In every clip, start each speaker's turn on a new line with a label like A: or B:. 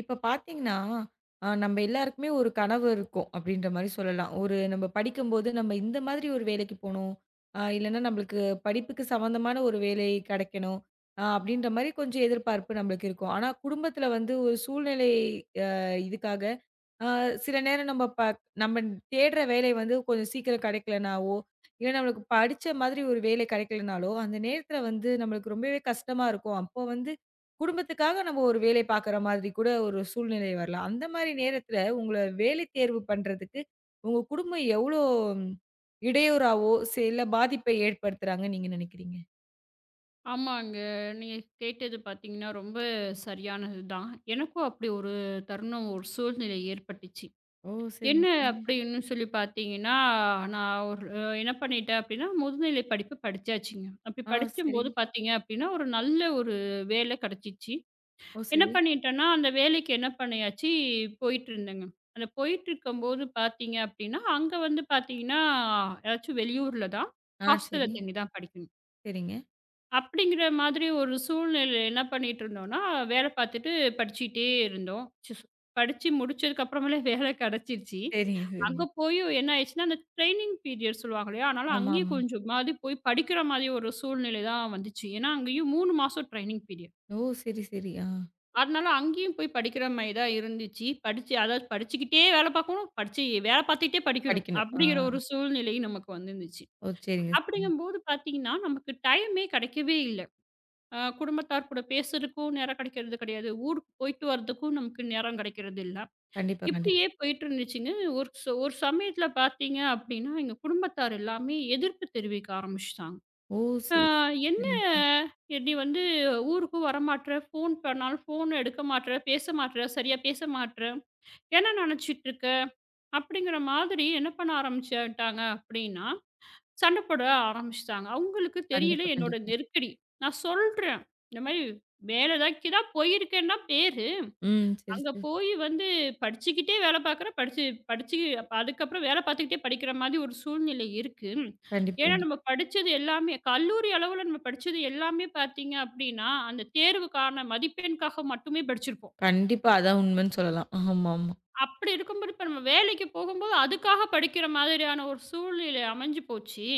A: இப்ப பார்த்தீங்கன்னா, நம்ம எல்லாருக்குமே ஒரு கனவு இருக்கும் அப்படின்ற மாரி சொல்லலாம். ஒரு நம்ம படிக்கும்போது நம்ம இந்த மாதிரி ஒரு வேலைக்கு போணும். இல்லன்னா நம்மளுக்கு படிப்புக்கு சம்மந்தமான ஒரு வேலை கெடைக்கணும். அப்படின்ற மாரி கொஞ்சம் எதிர்பார்ப்பு நம்மளுக்கு இருக்கும். ஆனா குடும்பத்தில வந்து ஒரு சூழ்நிலை. அ இதுக்காக ஆ சில நேரம் நம்ம தேடுற வேலை வந்து கொஞ்சம் சீக்கிரம் கிடைக்கலனாவோ, இல்ல நம்மளுக்கு படிச்ச மாதிரி ஒரு வேலை கிடைக்கலனாலோ, அந்த நேரத்தில வந்து நம்மளுக்கு ரொம்பவே கஷ்டமா இருக்கும். அப்போ வந்து குடும்பத்துக்காக நம்ம ஒரு வேலை பார்க்குற மாதிரி கூட ஒரு சூழ்நிலை வரலாம். அந்த மாரி நேரத்தில உங்கள வேலை தேர்வு பண்றதுக்கு உங்க குடும்பம் எவ்வளோ ம், இடையூறாவோ, இல்ல பாதிப்பை ஏற்படுத்துறாங்கன்னு நீங்க நினைக்கிறீங்க?
B: ஆமாங்க. நீங்க கேட்டது பார்த்தீங்கன்னா, ரொம்ப சரியானது தான். எனக்கும் அப்படி ஒரு தருணம், ஒரு சூழ்நிலை ஏற்பட்டுச்சு.
A: ஓ! சரிங்க,
B: என்ன
A: சரிங்க.
B: அப்படின்னு சொல்லி பார்த்தீங்கன்னா, நான் ஒரு என்ன பண்ணிட்டேன் அப்படின்னா, முதுநிலை படிப்பு படிச்சாச்சுங்க. அப்படி
A: ஆ சரி.
B: படிக்கும்போது பார்த்தீங்க அப்படின்னா, ஒரு நல்ல ஒரு வேலை கெடைச்சிச்சு.
A: ஓ!
B: என்ன
A: சரி.
B: பண்ணிட்டேன்னா, அந்த வேலைக்கு என்ன பண்ணியாச்சு, போயிட்டுருந்தேங்க. அந்த போயிட்டுருக்கும்போது பார்த்தீங்க அப்படின்னா, அங்க வந்து பார்த்தீங்கன்னா, ஏதாச்சும் வெளியூர்ல தான்
A: ஆ
B: ஹாஸ்டல்ல
A: சரி.
B: தங்கி தான் படிக்கணும்.
A: சரிங்க.
B: அப்படிங்கிற மாதிரி ஒரு சூழ்நிலையில என்ன பண்ணிட்டு இருந்தோம்னா, வேலை பார்த்துட்டு படிச்சுட்டே இருந்தோம். படிச்சு முடிச்சதுக்கு அப்புறமேலே வேலை கிடைச்சிருச்சு.
A: சரிங்க, சரிங்க.
B: அங்க போயும் என்ன ஆயிடுச்சுன்னா, அந்த ட்ரெய்னிங் பீரியட் சொல்லுவாங்க இல்லையா? அதனால
A: ஆமா,
B: அங்கேயும்
A: ஆமா.
B: கொஞ்சமாவது போய் படிக்கிற மாதிரி ஒரு சூழ்நிலை தான் வந்துச்சு. ஏன்னா, அங்கேயும் 3 மாசம் ட்ரெய்னிங் பீரியட்.
A: ஓ! சரி, சரி. ஆ.
B: அதனால அங்கேயும் போய் படிக்கிற மாதிரி தான் இருந்துச்சு. படிச்சு அதாவது படிச்சுக்கிட்டே வேலை பார்க்கணும், படிச்சு வேலை பார்த்துக்கிட்டே படிக்கணும்.
A: படிக்கணும். ஆ.
B: அப்படிங்கிற ஒரு சூழ்நிலை நமக்கு வந்துருந்துச்சு.
A: ஓ! சரிங்க, சரிங்க.
B: அப்படிங்கும்போது பார்த்தீங்கன்னா, நமக்கு டைமே கிடைக்கவே இல்ல. குடும்பத்தார் கூட பேசுறதுக்கும் நேரம் கிடைக்கிறது கிடையாது. ஊருக்கு போயிட்டு வரதுக்கும் நமக்கு நேரம் கிடைக்கிறது இல்ல.
A: கண்டிப்பா, கண்டிப்பா.
B: இப்படியே போயிட்டு இருந்துச்சுங்க. ஒரு சமயத்தில பார்த்தீங்க அப்படின்னா, எங்க குடும்பத்தார் எல்லாமே எதிர்ப்பு தெரிவிக்க ஆரம்பிச்சுட்டாங்க.
A: ஓ!
B: "அ
A: சரி.
B: என்ன
A: சரிங்க, சரி.
B: நீ வந்து ஊருக்கும் வரமாட்ற, ஃபோன் பண்ணாலும் ஃபோன் எடுக்க மாட்ற, பேச மாட்ற, சரியா பேச மாட்ற, என்ன நினைச்சிட்டு இருக்க?" அப்படிங்கிற மாதிரி என்ன பண்ண ஆரம்பிச்சுட்டாங்க அப்படின்னா, சண்டை போட ஆரம்பிச்சுட்டாங்க. அவங்களுக்கு தெரியல
A: கண்டிப்பா,
B: என்னோட
A: கண்டிப்பா.
B: நெருக்கடி. நான் சொல்றேன். இந்த மாரி வேலைக்கு தான் போயிருக்கேன்னு தான் பேரு.
A: ம். சரி,
B: அங்க
A: சரி.
B: போய் வந்து படிச்சுக்கிட்டே வேலை பார்க்குறேன். படிச்சு படிச்சு அப்ப அதுக்கப்புறம் வேலை பார்த்துக்கிட்டே படிக்கிற மாதிரி ஒரு சூழ்நிலை இருக்கு.
A: கண்டிப்பா,
B: ஏன்னா
A: கண்டிப்பா.
B: நம்ம படிச்சது எல்லாமே கல்லூரி அளவுல நம்ம படிச்சது எல்லாமே பார்த்தீங்க அப்படின்னா, அந்த தேர்வுக்கான மதிப்பெண்காக மட்டுமே படிச்சிருப்போம்.
A: கண்டிப்பா அதான் உண்மைன்னு சொல்லலாம். ஆமாமா.
B: அப்படி இருக்கும்போது, இப்ப நம்ம வேலைக்கு போகும்போது, அதுக்காக படிக்கிற மாதிரியான ஒரு சூழ்நிலை அமைஞ்சு போச்சு.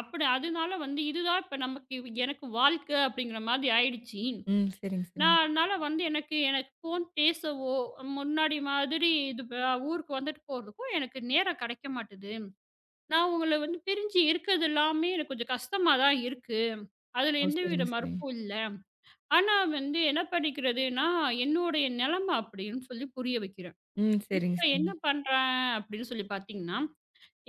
B: அப்படி அதனால வந்து இதுதான் இப்ப நமக்கு எனக்கு வாழ்க்கை அப்படிங்கிற மாதிரி ஆயிடுச்சு.
A: ம். சரிங்க,
B: நான்
A: சரிங்க.
B: அதனால வந்து எனக்கு எனக்கு ஃபோன் பேசவோ, முன்னாடி மாதிரி இது ப ஊருக்கு வந்துட்டு போறதுக்கும் எனக்கு நேரம் கிடைக்க மாட்டுது. நான் உங்கள வந்து பிரிஞ்சு இருக்கிறது எல்லாமே எனக்கு கொஞ்சம் கஷ்டமா தான் இருக்கு. அதுல
A: ஓ! சரிங்க,
B: எந்தவித
A: சரிங்க.
B: மறுப்பும் இல்ல. ஆனா வந்து என்ன பண்ணிக்கிறதுன்னா, என்னுடைய நிலைமை அப்படின்னு சொல்லி புரிய வைக்கிறேன்.
A: ம்.
B: இப்ப
A: சரிங்க, சரிங்க.
B: என்ன பண்றேன் அப்படின்னு சொல்லி பார்த்தீங்கன்னா,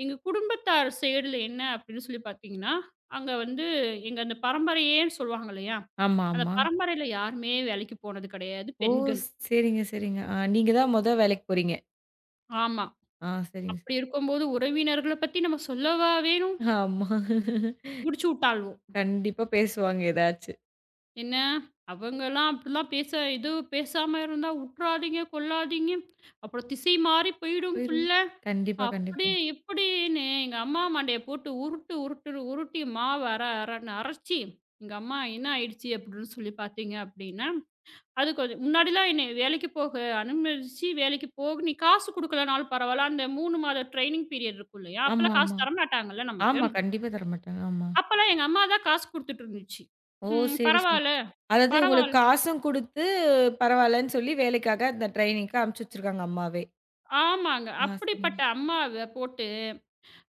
B: எங்க குடும்பத்தார் சைடுல என்ன அப்படின்னு சொல்லி பார்த்தீங்கன்னா, அங்க வந்து எங்க அந்த பரம்பரையேன்னு சொல்லுவாங்க இல்லையா?
A: ஆமா,
B: அந்த
A: ஆமா.
B: பரம்பரையில யாருமே வேலைக்கு போனது கிடையாது
A: ஓ!
B: பெண்கள்.
A: சரிங்க, சரிங்க. ஆ நீங்க தான் மொத வேலைக்கு போறீங்க.
B: ஆமா.
A: ஆ சரிங்க.
B: அப்படி இருக்கும்போது உறவினர்கள பத்தி நம்ம சொல்லவா வேணும்?
A: ஆமா.
B: புடிச்சு வுட்டாள்வோம்.
A: கண்டிப்பா பேசுவாங்க ஏதாச்சு.
B: என்ன அவங்கலாம் அப்படிலாம் பேச இது பேசாம இருந்தா வுட்றாதீங்க, கொள்ளாதீங்க. அப்புறம் திசை மாறி போயிடும்
A: போயிரும்.
B: புள்ள.
A: கண்டிப்பா,
B: அப்படி
A: கண்டிப்பா.
B: இப்படின்னு எங்க அம்மா மண்டைய போட்டு உருட்டு உருட்டு உருட்டி மாவு அரன்னு அரைச்சி எங்க அம்மா என்ன ஆயிடுச்சு அப்படின்னு சொல்லி பார்த்தீங்க அப்படின்னா, அது கொஞ்சம் முன்னாடிலாம் என்னை வேலைக்கு போக அனுமதிச்சு வேலைக்கு போக நீ காசு குடுக்கலனாலும் பரவாயில்ல. அந்த 3 மாத ட்ரெய்னிங் பீரியட் இருக்கும் இல்லையா?
A: ஆமா,
B: அப்பலாம் காசு
A: ஆமா.
B: தரமாட்டாங்கல்ல நமக்கு.
A: ஆமா. கண்டிப்பா தரமாட்டாங்க. ஆமா.
B: அப்பலாம் எங்க அம்மா தான் காசு குடுத்துட்டு இருந்துச்சு.
A: ஓ! சரி, சரி.
B: பரவாயில்ல,
A: அதாவது உங்களுக்கு
B: பரவாயில்ல.
A: காசும் குடுத்து, பரவால்லன்னு சொல்லி வேலைக்காக அந்த ட்ரெய்னிங்க்கு அனுப்பிச்சு வச்சிருக்காங்க அம்மாவே.
B: ஆமாங்க.
A: ஆ, சரிங்க.
B: அப்படிப்பட்ட அம்மாவ போட்டு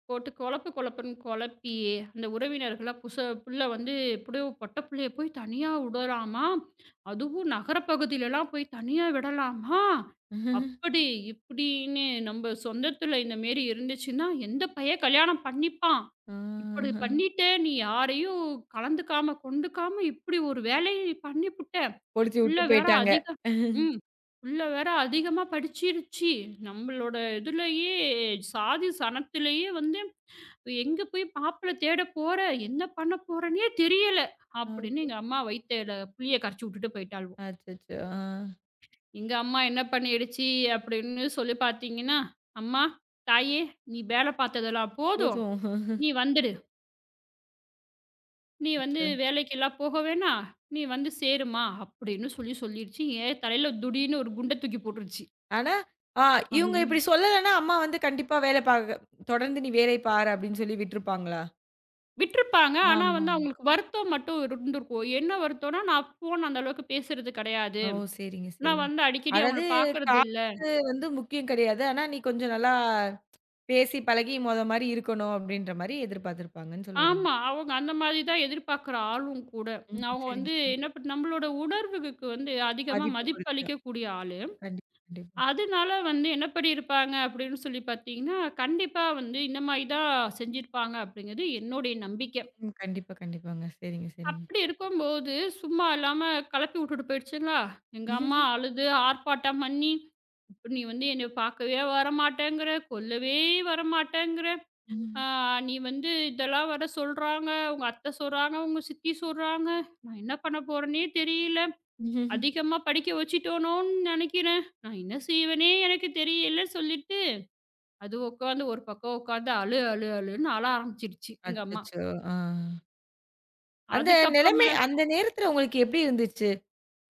B: போட்டு குழப்பு குழப்புன்னு குழப்பி அந்த உறவினர்களா புள்ள வந்து எப்படியோ பொட்ட புள்ளைய போய் தனியா விடலாமா அதுவும் நகரப்பகுதியிலலாம் போய் தனியா விடலாமா அப்படி இப்படின்னு நம்ம சொந்தத்துல இந்த மாரி இருந்துச்சுன்னா எந்த பையன் கல்யாணம் பண்ணிப்பான் இப்படி
A: ஆ.
B: பண்ணிட்ட நீ யாரையும் கலந்துக்காம கொண்டுக்காம இப்படி ஒரு வேலையை நீ பண்ணிப்புட்ட
A: ஒளிச்சு
B: புள்ள
A: விட்டு
B: வேற
A: போயிட்டாங்க.
B: அதிக ம் புள்ள வேற அதிகமா படிச்சிருச்சு நம்மளோட இதுலயே சாதி சனத்திலேயே வந்து எங்க போய் மாப்பிள தேட போற? என்ன பண்ண போறன்னே தெரியல." அப்படின்னு
A: ஓகே.
B: எங்க அம்மா வயித்துல புளிய கரைச்சு விட்டுட்டு போயிட்டாளுவோ.
A: அச்சச்சோ! ஆ.
B: எங்க அம்மா என்ன பண்ணிடுச்சு அப்படின்னு சொல்லி பார்த்தீங்கன்னா, "அம்மா, தாயே நீ வேல பார்த்ததெல்லாம் போதும்.
A: போதும்.
B: நீ வந்துடு. நீ வந்து
A: அச்சோ!
B: வேலைக்கெல்லாம் போக வேணாம். நீ வந்து சேருமா" அப்படின்னு சொல்லி சொல்லிருச்சு. என் தலையில துடீர்னு ஒரு குண்ட தூக்கி போட்டுருச்சு.
A: ஆனா, ஆ இவுங்க
B: ஐயோ!
A: இப்பிடி சொல்லலன்னா, அம்மா வந்து கண்டிப்பா வேல பாக்க தொடர்ந்து நீ வேலை பாரு அப்பிடின்னு சொல்லி விட்டுருப்பாங்களா?
B: விட்டுருப்பாங்க. ஆனா
A: ஆமா.
B: வந்து அவங்களுக்கு வருத்தம் மட்டும் இருந்திருக்கும். என்ன வருத்தம்னா, "நான் ஃபோன் அந்த அளவுக்கு பேசுறது கிடையாது.
A: ஓ! சரிங்க,
B: நான்
A: சரிங்க.
B: வந்து அடிக்கடி
A: அதாவது
B: அவங்கள பார்க்கறது இல்ல."
A: காசு வந்து முக்கியம் கிடையாது. ஆனா, நீ கொஞ்சம் நல்லா பேசி பழகி மொத மாரி இருக்கணும் அப்பிடின்றமாரி எதிர்பார்த்திருப்பாங்கன்னு சொல்ல வரீங்க.
B: ஆமா. அவங்க அந்த மாரி தான் எதிர்பார்க்குற ஆளும் கூட.
A: ம்.
B: அவங்க
A: சரிங்க,
B: வந்து
A: சரிங்க.
B: என்ன பண் நம்மளோட உணர்வுகளுக்கு வந்து அதிகமா
A: மதிப்பு குடுத்துட்டா.
B: மதிப்பளிக்கக்கூடிய ஆளு.
A: கண்டிப்பா, கண்டிப்பா.
B: அதனால வந்து என்ன பண்ணியிருப்பாங்க அப்படின்னு சொல்லி பார்த்தீங்கன்னா, கண்டிப்பா வந்து இந்த மாரி தான் செஞ்சிருப்பாங்க அப்படிங்கிறது என்னுடைய நம்பிக்கை.
A: ம். கண்டிப்பா, கண்டிப்பாங்க. சரிங்க, சரிங்க.
B: அப்படி இருக்கும்போது, சும்மா இல்லாம கெளப்பி விட்டுட்டு போயிடுச்சுங்களா, எங்க அம்மா அழுது ஆர்ப்பாட்டம் பண்ணி, "இப்ப நீ வந்து என்னைய பார்க்கவே வரமாட்டேங்கிற, கொல்லவே வரமாட்டேங்கிற" ஆ,
A: ம்.
B: "நீ வந்து இதெல்லாம் வேற சொல்றாங்க, உங்க அத்தை சொல்றாங்க, உங்க சித்தி சொல்றாங்க. நான் என்ன பண்ண போறேன்னே தெரியல. அதிகமா படிக்க வச்சுட்டோனோன்னு நினைக்கிறேன். நான் என்ன செய்வேனே எனக்கு தெரியல" சொல்லிட்டு, அது உட்காந்து ஒரு பக்கம் உட்காந்து அழு அழு அழுன்னு அழ ஆரம்பிச்சிருச்சு எங்க அம்மா.
A: அச்சச்சோ! ஆ. அந்த நிலைமை
B: அதுக்கப்புறமேல
A: அந்த நேரத்துல உங்களுக்கு எப்படி இருந்துச்சு?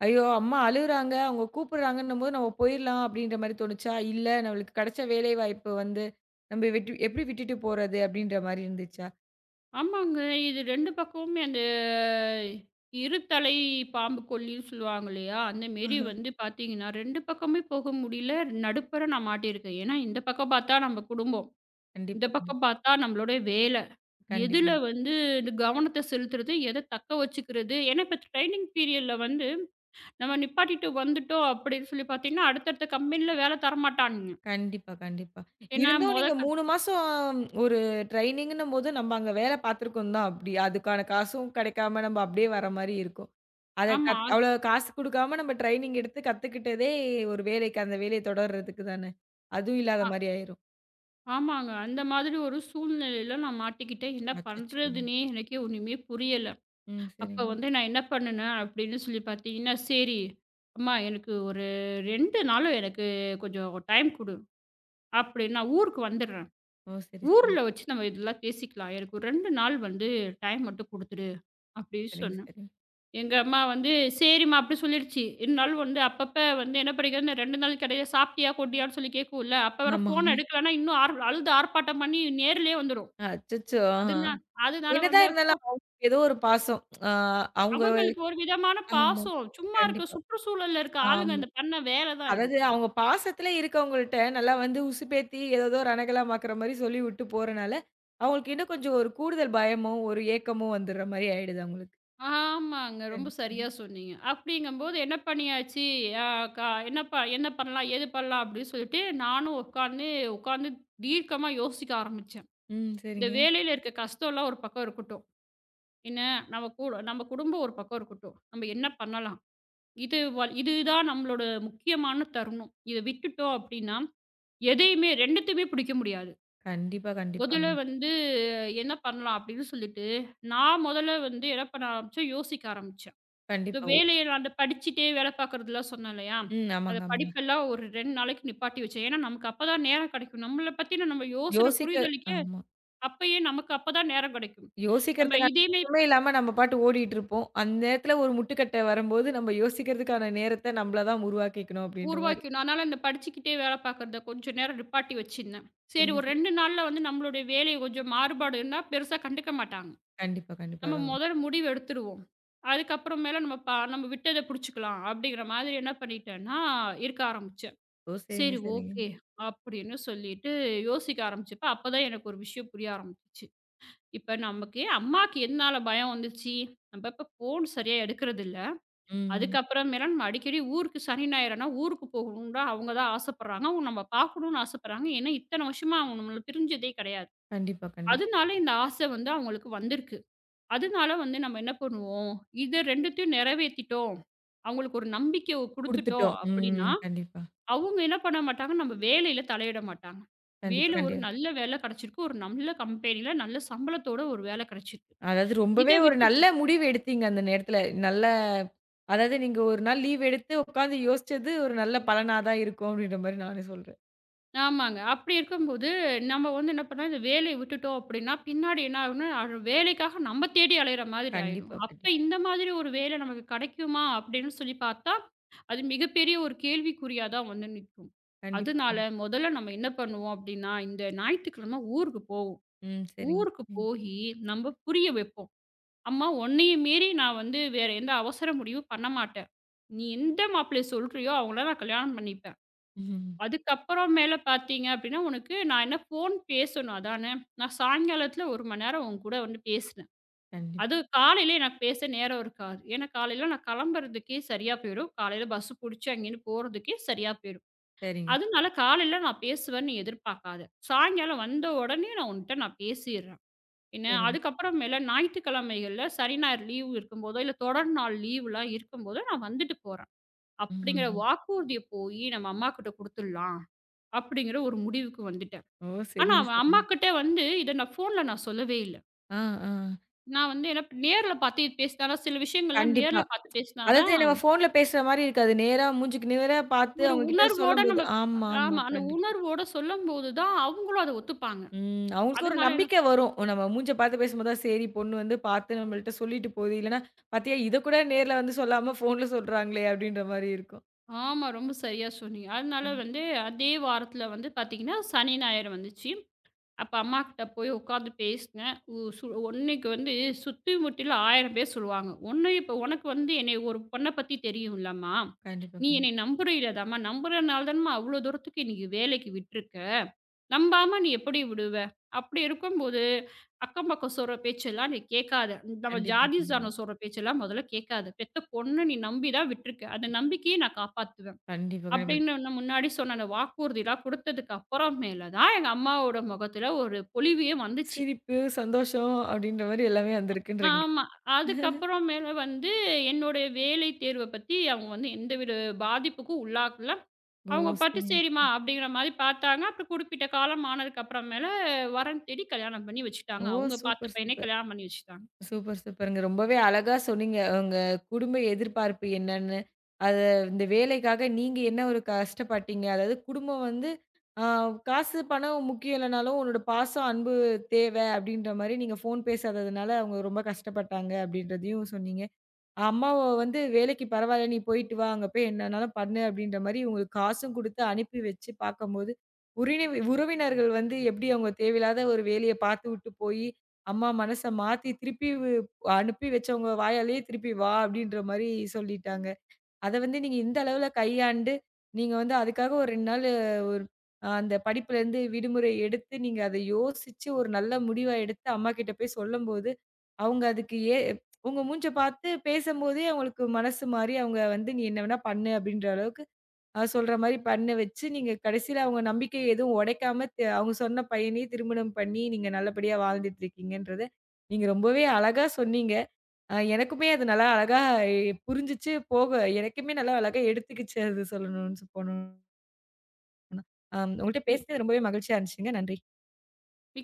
A: ஐயோ! அம்மா அழுவுறாங்க, அவங்க கூப்பிடுறாங்கன்னும்போது நம்ம போயிரலாம் அப்படின்ற மாரி தோணுச்சா? இல்ல நம்மளுக்கு கிடைச்ச வேலைவாய்ப்பு வந்து, நம்ம வெட்டி எப்படி விட்டுட்டு போறது அப்படின்ற மாரி இருந்துச்சா?
B: ஆமாங்க. இது 2 பக்கமுமே அந்த இருதலை பாம்பு கொல்லின்னு சொல்லுவாங்க இல்லையா? அந்த மாரி வந்து பார்த்தீங்கன்னா, 2 பக்கமே போக முடியல. நடுப்பர நான் மாட்டியிருக்கேன். ஏன்னா, இந்த பக்கம் பார்த்தா நம்ம குடும்பம். இந்த
A: கண்டிப்பா, கண்டிப்பா.
B: பக்கம் பார்த்தா நம்மளுடைய வேல. எதுல
A: கண்டிப்பா.
B: வந்து கவனத்த செலுத்துறது, எத தக்க வச்சுக்கிறது. ஏன்னா, இப்ப ட்ரெய்னிங் பீரியட்ல வந்து நம்ம நிப்பாட்டிட்டு வந்துட்டோம் அப்படின்னு சொல்லி பார்த்தீங்கன்னா, அடுத்தடுத்த கம்பெனில வேல தரமாட்டானுங்க.
A: கண்டிப்பா, கண்டிப்பா.
B: ஏன்னா,
A: இருந்தும்
B: மொத
A: நீங்க
B: க
A: 3 மாசம் ஒரு ட்ரெய்னிங்குன்னும் போது, நம்ம அங்க வேல பார்த்துருக்கோம் தான் அப்டி. அதுக்கான காசும் கெடைக்காம நம்ம அப்டியே வர மாரி இருக்கும். அத
B: ஆமா.
A: கத் அவ்ளோ காசு குடுக்காம நம்ம ட்ரெய்னிங் எடுத்து கத்துக்கிட்டதே ஒரு வேலைக்கு, அந்த வேலைய தொடர்றதுக்கு தானே. அதுவும் இல்லாத
B: ஆ
A: மாரி ஆயிரும்.
B: ஆமாங்க. அந்த மாதிரி ஒரு சூழ்நிலையில நான் மாட்டிக்கிட்டேன். என்ன
A: அச்சச்சோ!
B: பண்றதுன்னே எனக்கே ஒண்ணுமே புரியல.
A: ம்.
B: அப்ப
A: சரிங்க.
B: வந்து நான் என்ன பண்ணுனேன் அப்படின்னு சொல்லி பார்த்தீங்கன்னா, சரி அம்மா எனக்கு ஒரு 2 நாளும் எனக்கு கொஞ்சம் டைம் குடு அப்படின்னு நான் ஊருக்கு வந்துடுறேன்.
A: ஓ! சரி, சரி.
B: ஊர்ல வச்சு நம்ம இதெல்லாம் பேசிக்கலாம். எனக்கு ஒரு 2 நாள் வந்து டைம் மட்டும் குடுத்துடு அப்படின்னு
A: சரிங்க,
B: சொன்னேன்.
A: சரிங்க.
B: எங்க அம்மா வந்து சரிம்மா அப்படி சொல்லிடுச்சு. இருந்தாலும் வந்து அப்பப்ப வந்து என்ன படிக்கிறதுன்னு 2 நாள் கடையில சாப்பிட்டியா? கொட்டியான்னு சொல்லி கேட்கும்ல. அப்ப வேற
A: ஆமா.
B: ஃபோன் எடுக்கலன்னா இன்னும் ஆர் அழுது ஆர்ப்பாட்டம் பண்ணி நேர்லயே வந்துரும்.
A: அச்சச்சோ!
B: அதுனா அதனால வந்து
A: என்னதான் இருந்தாலும் அவங்களுக்கு ஏதோ ஒரு பாசம். ஆ அவங்க.
B: அவங்களுக்கு ஒரு விதமான
A: ஆமா.
B: பாசம். சும்மா இருக்க
A: கண்டிப்பா.
B: சுற்றுச்சூழல்ல இருக்க ஆளுங்க
A: ஆமா.
B: அந்த பண்ண வேலை தான் இது.
A: அதாவது அவங்க பாசத்துல இருக்கவங்கள்ட்ட நல்லா வந்து உசுப்பேத்தி ஏதேதோ ரணகலமாக்குற மாரி சொல்லிவுட்டு போறனால, அவங்களுக்கு இன்னும் கொஞ்சம் ஒரு கூடுதல் பயமோ, ஒரு ஏக்கமோ வந்துடுற மாரி ஆயிடுது அவங்களுக்கு.
B: ஆமாங்க. ரொம்ப
A: கண்டிப்பா.
B: சரியா சொன்னீங்க. அப்படிங்கும்போது என்ன பண்ணியாச்சு, அ க என்ன ப என்ன பண்ணலாம், ஏது பண்ணலாம் அப்படின்னு சொல்லிட்டு நானும் உட்காந்து உட்காந்து தீர்க்கமா யோசிக்க ஆரம்பிச்சேன்.
A: ம்.
B: இந்த
A: சரிங்க.
B: வேலையில இருக்க கஷ்டம்லாம் ஒரு பக்கம் இருக்கட்டும். என்ன நம்ம கூட நம்ம குடும்பம் ஒரு பக்கம் இருக்கட்டும். நம்ம என்ன பண்ணலாம்? இதுதான் நம்மளோட முக்கியமான தருணம். இத விட்டுட்டோம் அப்படின்னா, எதையுமே 2த்தையுமே பிடிக்க முடியாது.
A: கண்டிப்பா, கண்டிப்பாங்க.
B: முதல்ல வந்து என்ன பண்ணலாம் அப்படின்னு சொல்லிட்டு, நான் முதல்ல வந்து என்ன பண்ண ஆரம்பிச்சேன், யோசிக்க ஆரம்பிச்சேன். இந்த
A: கண்டிப்பா.
B: வேலைய அந்த படிச்சுட்டே வேலை பார்க்குறதெல்லாம் சொன்னேன் இல்லையா?
A: ம்.
B: அந்த
A: ஆமாங்க, ஆமாங்க.
B: படிப்பெல்லாம் ஒரு 2 நாளைக்கு நிப்பாட்டி வச்சேன். ஏன்னா, நமக்கு அப்ப தான் நேரம் கிடைக்கும். நம்மள பத்தின நம்ம யோசனை
A: யோசிக்க
B: புரிதலுக்கே
A: ஆமா.
B: அப்பயே நமக்கு அப்ப தான் நேரம் கிடைக்கும். நம்ம
A: யோசிக்கிறதுக்கான
B: இதையுமே
A: நேரமே இல்லாம நம்ம பாட்டு ஓடிட்டு இருப்போம். அந்த நேரத்துல ஒரு முட்டுக்கட்டை வரும்போது, நம்ம யோசிக்கிறதுக்கான நேரத்த நம்மள தான் உருவாக்கிக்கணும் அப்படின்ற மாரி.
B: உருவாக்கணும். அதனால இந்த படிச்சுக்கிட்டே வேலை பார்க்குறத கொஞ்சம் நேரம் நிப்பாட்டி வச்சிருந்தேன். சரி
A: சரிங்க
B: ஒரு
A: சார்.
B: 2 நாள்ல வந்து நம்மளுடைய வேலை கொஞ்சம் மாறுபாடு இருந்தா பெருசா கண்டுக்க மாட்டாங்க.
A: கண்டிப்பா, கண்டிப்பா.
B: நம்ம
A: அதான்.
B: முதல் முடிவு எடுத்துருவோம். அதுக்கப்புறம் மேல நம்ம விட்டத புடிச்சுக்கலாம். அப்படிங்கிற மாதிரி என்ன பண்ணிட்டேன்னா, இருக்க ஆரம்பிச்சேன்.
A: ஓ! சரிங்க,
B: சரி
A: சரிங்க.
B: ஓகே. அப்படின்னு சொல்லிட்டு யோசிக்க ஆரம்பிச்சப்ப, அப்பதான் எனக்கு ஒரு விஷயம் புரிய ஆரம்பிச்சுச்சு. இப்ப நமக்கு அம்மாக்கு எதனால பயம் வந்துச்சு? நம்ம இப்ப ஃபோன் சரியா எடுக்கிறதில்ல.
A: ம்.
B: அதுக்கப்புறமேலா நம்ம அடிக்கடி ஊருக்கு சனி, ஞாயிறுனா ஊருக்கு போகணும்டா அவங்க தான் ஆசைப்படுறாங்க. அவங்க நம்ம பார்க்கணும்னு ஆசைப்படுறாங்க. ஏன்னா, இத்தன வருஷமா அவங்க நம்மள பிரிஞ்சதே கிடையாது.
A: கண்டிப்பா, கண்டிப்பா.
B: அதனால இந்த ஆசை வந்து அவங்களுக்கு வந்திருக்கு. அதனால வந்து நம்ம என்ன பண்ணுவோம்? இது 2த்தையும் நிறைவேத்திட்டோம். அவங்களுக்கு ஒரு நம்பிக்கை குடுத்துட்டோம்
A: குடுத்துட்டோம்.
B: அப்படின்னா
A: ம். கண்டிப்பா.
B: அவங்க என்ன பண்ண மாட்டாங்க, நம்ம வேலையில தலையிட மாட்டாங்க.
A: கண்டிப்பா,
B: வேலை ஒரு
A: கண்டிப்பா.
B: நல்ல வேலை கிடைச்சிருக்கு. ஒரு நல்ல கம்பெனில நல்ல சம்பளத்தோட ஒரு வேலை கிடைச்சிருக்கு.
A: அதாவது
B: இத
A: ரொம்பவே ஒரு
B: விட்டுட்டு
A: நல்ல முடிவு எடுத்தீங்க அந்த நேரத்துல. நல்ல அதாவது நீங்க ஒரு நாள் லீவ் எடுத்து உட்காந்து யோசிச்சது ஒரு நல்ல பலனா தான் இருக்கும் அப்படின்ற மாரி நானே சொல்றேன்.
B: ஆமாங்க. அப்படி இருக்கும்போது, நம்ம வந்து என்ன பண்ணோம், இந்த வேலைய விட்டுட்டோம் அப்படின்னா, பின்னாடி என்ன ஆகும்னா, அது வேலைக்காக நம்ம தேடி அலையிற மாதிரி ஆயிடும்.
A: கண்டிப்பா,
B: அப்ப
A: கண்டிப்பா.
B: இந்த மாதிரி ஒரு வேலை நமக்கு கிடைக்குமா அப்படின்னு சொல்லி பார்த்தா, அது மிகப்பெரிய ஒரு கேள்விக்குறியா தான் வந்து நிக்கும்.
A: கண்டிப்பா,
B: அதனால
A: கண்டிப்பா.
B: முதல்ல நம்ம என்ன பண்ணுவோம் அப்படின்னா, இந்த ஞாயித்துக்கிழமை ஊருக்கு போவோம்.
A: ம். சரிங்க.
B: ஊருக்கு
A: ம்.
B: போயி நம்ம புரிய வைப்போம். அம்மா உன்னைய மீறி நான் வந்து வேற எந்த அவசர முடிவும் பண்ண மாட்டேன். நீ எந்த மாப்பிள்ளைய சொல்றியோ அவங்கள நான் கல்யாணம் பண்ணிப்பேன்.
A: ம்.
B: அதுக்கப்புறம் மேல பார்த்தீங்க அப்படின்னா, உனக்கு நான் என்ன ஃபோன் பேசணும் அதானே! நான் சாயங்காலத்தில 1 மணி நேரம் உன் கூட வந்து பேசினேன்.
A: கண்டிப்பா.
B: அது காலையில எனக்கு பேச நேரம் இருக்காது. ஏன்னா காலையில நான் கிளம்புறதுக்கே சரியா போயிடும். காலையில பஸ் புடிச்சு அங்கேருந்து போறதுக்கே சரியா போயிடும்.
A: சரிங்க,
B: அதனால காலையில நான் பேசுவேன்னு நீ எதிர்பார்க்காத. சாயங்காலம் வந்த உடனே நான் உன்ட்ட பேசிர்றேன். என்ன,
A: சரிங்க.
B: அதுக்கப்புறமேல ஞாயிற்றுக்கிழமைகள்ல சனி, ஞாயிறு லீவ் இருக்கும்போதோ, இல்ல தொடர் நாள் லீவ்லாம் இருக்கும்போதோ, நான் வந்துட்டு போறேன். அப்படிங்கிற
A: ம்ஹ்ஹ்ம்.
B: வாக்குறுதிய போயி நம்ம அம்மாகிட்ட குடுத்துடலாம். அப்படிங்கிற ஒரு முடிவுக்கு வந்துட்டேன்.
A: ஓ!
B: ஆனா,
A: சரிங்க,
B: அவன்
A: சரிங்க.
B: அம்மாகிட்ட வந்து இத நான் ஃபோன்ல சொல்லவே இல்ல.
A: ஆ, ஆ.
B: நான் வந்து என்ன நேர்ல பார்த்து இது பேசினா தான் சில விஷயங்கள்லாம்
A: கண்டிப்பா.
B: நேர்ல பார்த்து பேசினா
A: அதாவது
B: தான்
A: நம்ம ஃபோன்ல பேசுற மாரி இருக்காது. நேரா மூஞ்சுக்கு நேரா பார்த்து
B: ஒரு
A: அவங்க கிட்ட
B: உணர்வோட
A: சொல்லும்போது
B: நம்ம
A: ஆமா, ஆமா.
B: ஆமா. அந்த
A: கண்டிப்பா.
B: உணர்வோட சொல்லும்போது தான் அவங்களும் அத ஒத்துப்பாங்க.
A: ம். அவங்களுக்கு ஒரு
B: அதனால என்ன
A: நம்பிக்கை வரும். நம்ம மூஞ்ச பார்த்து பேசும்போது தான், சரி பொண்ணு வந்து பார்த்து நம்மள்ட்ட சொல்லிட்டு போகுது. இல்லன்னா, "பார்த்தியா இத கூட நேர்ல வந்து சொல்லாம ஃபோன்ல சொல்றாங்களே!" அப்படின்ற மாரி இருக்கும்.
B: ஆமா. ரொம்ப சரியா சொன்னீங்க. அதனால
A: கண்
B: வந்து அதே வாரத்துல வந்து பார்த்தீங்கன்னா, சனி, ஞாயிறு வந்துச்சு. அப்ப அம்மாகிட்ட போய் உட்காந்து பேசினேன். உ சு உன்னைக்கு வந்து சுத்தி முத்திலும் 1000 பேர் சொல்லுவாங்க. "உன்னை இப்ப உனக்கு வந்து என்னைய ஒரு பொண்ண பத்தி தெரியும்லம்மா.
A: கண்டிப்பா,
B: நீ
A: கண்டிப்பா.
B: என்னைய நம்புறயில்லதாம்மா. நம்புறனால தானம்மா அவ்ளோ தூரத்துக்கு இன்னைக்கு வேலைக்கு விட்டுருக்க. நம்பாம நீ எப்படி விடுவ? அப்படி இருக்கும்போது, அக்கம் பக்கம் சொல்ற பேச்செல்லாம் நீ கேட்காத. நம்ம
A: கண்டிப்பா,
B: ஜாதி,
A: கண்டிப்பா.
B: சாணம் சொல்ற பேச்செல்லாம் மொதல்ல கேட்காத. பெத்த பொண்ண நீ நம்பி தான் விட்டுருக்க. அந்த நம்பிக்கைய நான் காப்பாத்துவேன்."
A: கண்டிப்பா, கண்டிப்பா.
B: அப்படின்னு நான் முன்னாடி சொன்ன அந்த வாக்குறுதிலாம் குடுத்ததுக்கு அப்புறம் மேல தான் எங்க அம்மாவோட முகத்துல ஒரு பொலிவே வந்துச்சு.
A: சிரிப்பு, சந்தோஷம் அப்படின்ற மாரி எல்லாமே வந்திருக்குன்றீங்க.
B: ஆமா. அதுக்கப்புறம் மேல வந்து என்னுடைய வேலை தேர்வ பத்தி அவங்க வந்து எந்தவித பாதிப்புக்கும் உள்ளாக்கல.
A: ஓ!
B: அவங்க பாட்டு
A: சரிங்க.
B: சரிம்மா அப்படிங்கிற மாரி பார்த்தாங்க. அப்புறம் குறிப்பிட்ட காலம் ஆனதுக்கு அப்புறம் மேல வரன் தேடி கல்யாணம் பண்ணி
A: ஓ!
B: வச்சுட்டாங்க. அவங்க பார்த்த
A: சூப்பர்,
B: பையனே
A: சூப்பர்.
B: கல்யாணம் பண்ணி வச்சுட்டாங்க.
A: சூப்பர், சூப்பருங்க. ரொம்பவே அழகா சொன்னீங்க. உங்க குடும்ப எதிர்பார்ப்பு என்னன்னு, அது இந்த வேலைக்காக நீங்க என்ன ஒரு கஷ்டப்பட்டீங்க? அதாவது குடும்பம் வந்து அ காசு, பணம் முக்கியம் இல்லனாலும், உன்னோட பாசம், அன்பு தேவை அப்படின்ற மாரி நீங்க ஃபோன் பேசாததுனால அவங்க ரொம்ப கஷ்டப்பட்டாங்க அப்படின்றதையும் சொன்னீங்க. அம்மாவ வந்து வேலைக்கு பரவாயில்ல நீ போயிட்டு வா, அங்க போய் என்னன்னாலும் பண்ணு அப்படின்ற மாரி இவங்களுக்கு காசும் குடுத்து அனுப்பி வச்சு பார்க்கும்போது, உறவினர்கள் வந்து எப்படி அவங்க தேவையில்லாத ஒரு வேலைய பார்த்து விட்டு போயி, அம்மா மனச மாத்தி திருப்பி வ் அனுப்பி வச்சவங்க வாயாலேயே திருப்பி வா அப்படின்ற மாரி சொல்லிட்டாங்க. அத வந்து நீங்க இந்த அளவுல கையாண்டு, நீங்க வந்து அதுக்காக ஒரு 2 நாளு ஒரு அ அந்த படிப்புலேருந்து விடுமுறை எடுத்து, நீங்க அத யோசிச்சு ஒரு நல்ல முடிவா எடுத்து அம்மாகிட்ட போய் சொல்லும்போது, அவங்க அதுக்கு உங்க மூஞ்ச பார்த்து பேசம்போதே அவங்களுக்கு மனசு மாறி, அவங்க வந்து "நீ என்ன வேணா பண்ணு" அப்படின்ற அளவுக்கு சொல்ற மாரி பண்ண வச்சு, நீங்க கடைசில அவங்க நம்பிக்கை எதுவும் உடைக்காம அவங்க சொன்ன பையனையும் திருமணம் பண்ணி, நீங்க நல்லபடியா வாழ்ந்துட்டுருக்கீங்கன்றத, நீங்க ரொம்பவே அழகா சொன்னீங்க. எனக்குமே அது நல்லா அழகா எ புரிஞ்சுச்சு போக எனக்குமே நல்லா அழகா எடுத்துக்கிச்சு அது சொல்லணும்னு போணும்னா. உங்கள்ட்ட பேசினது ரொம்பவே மகிழ்ச்சியா இருந்துச்சுங்க. நன்றி.
B: மி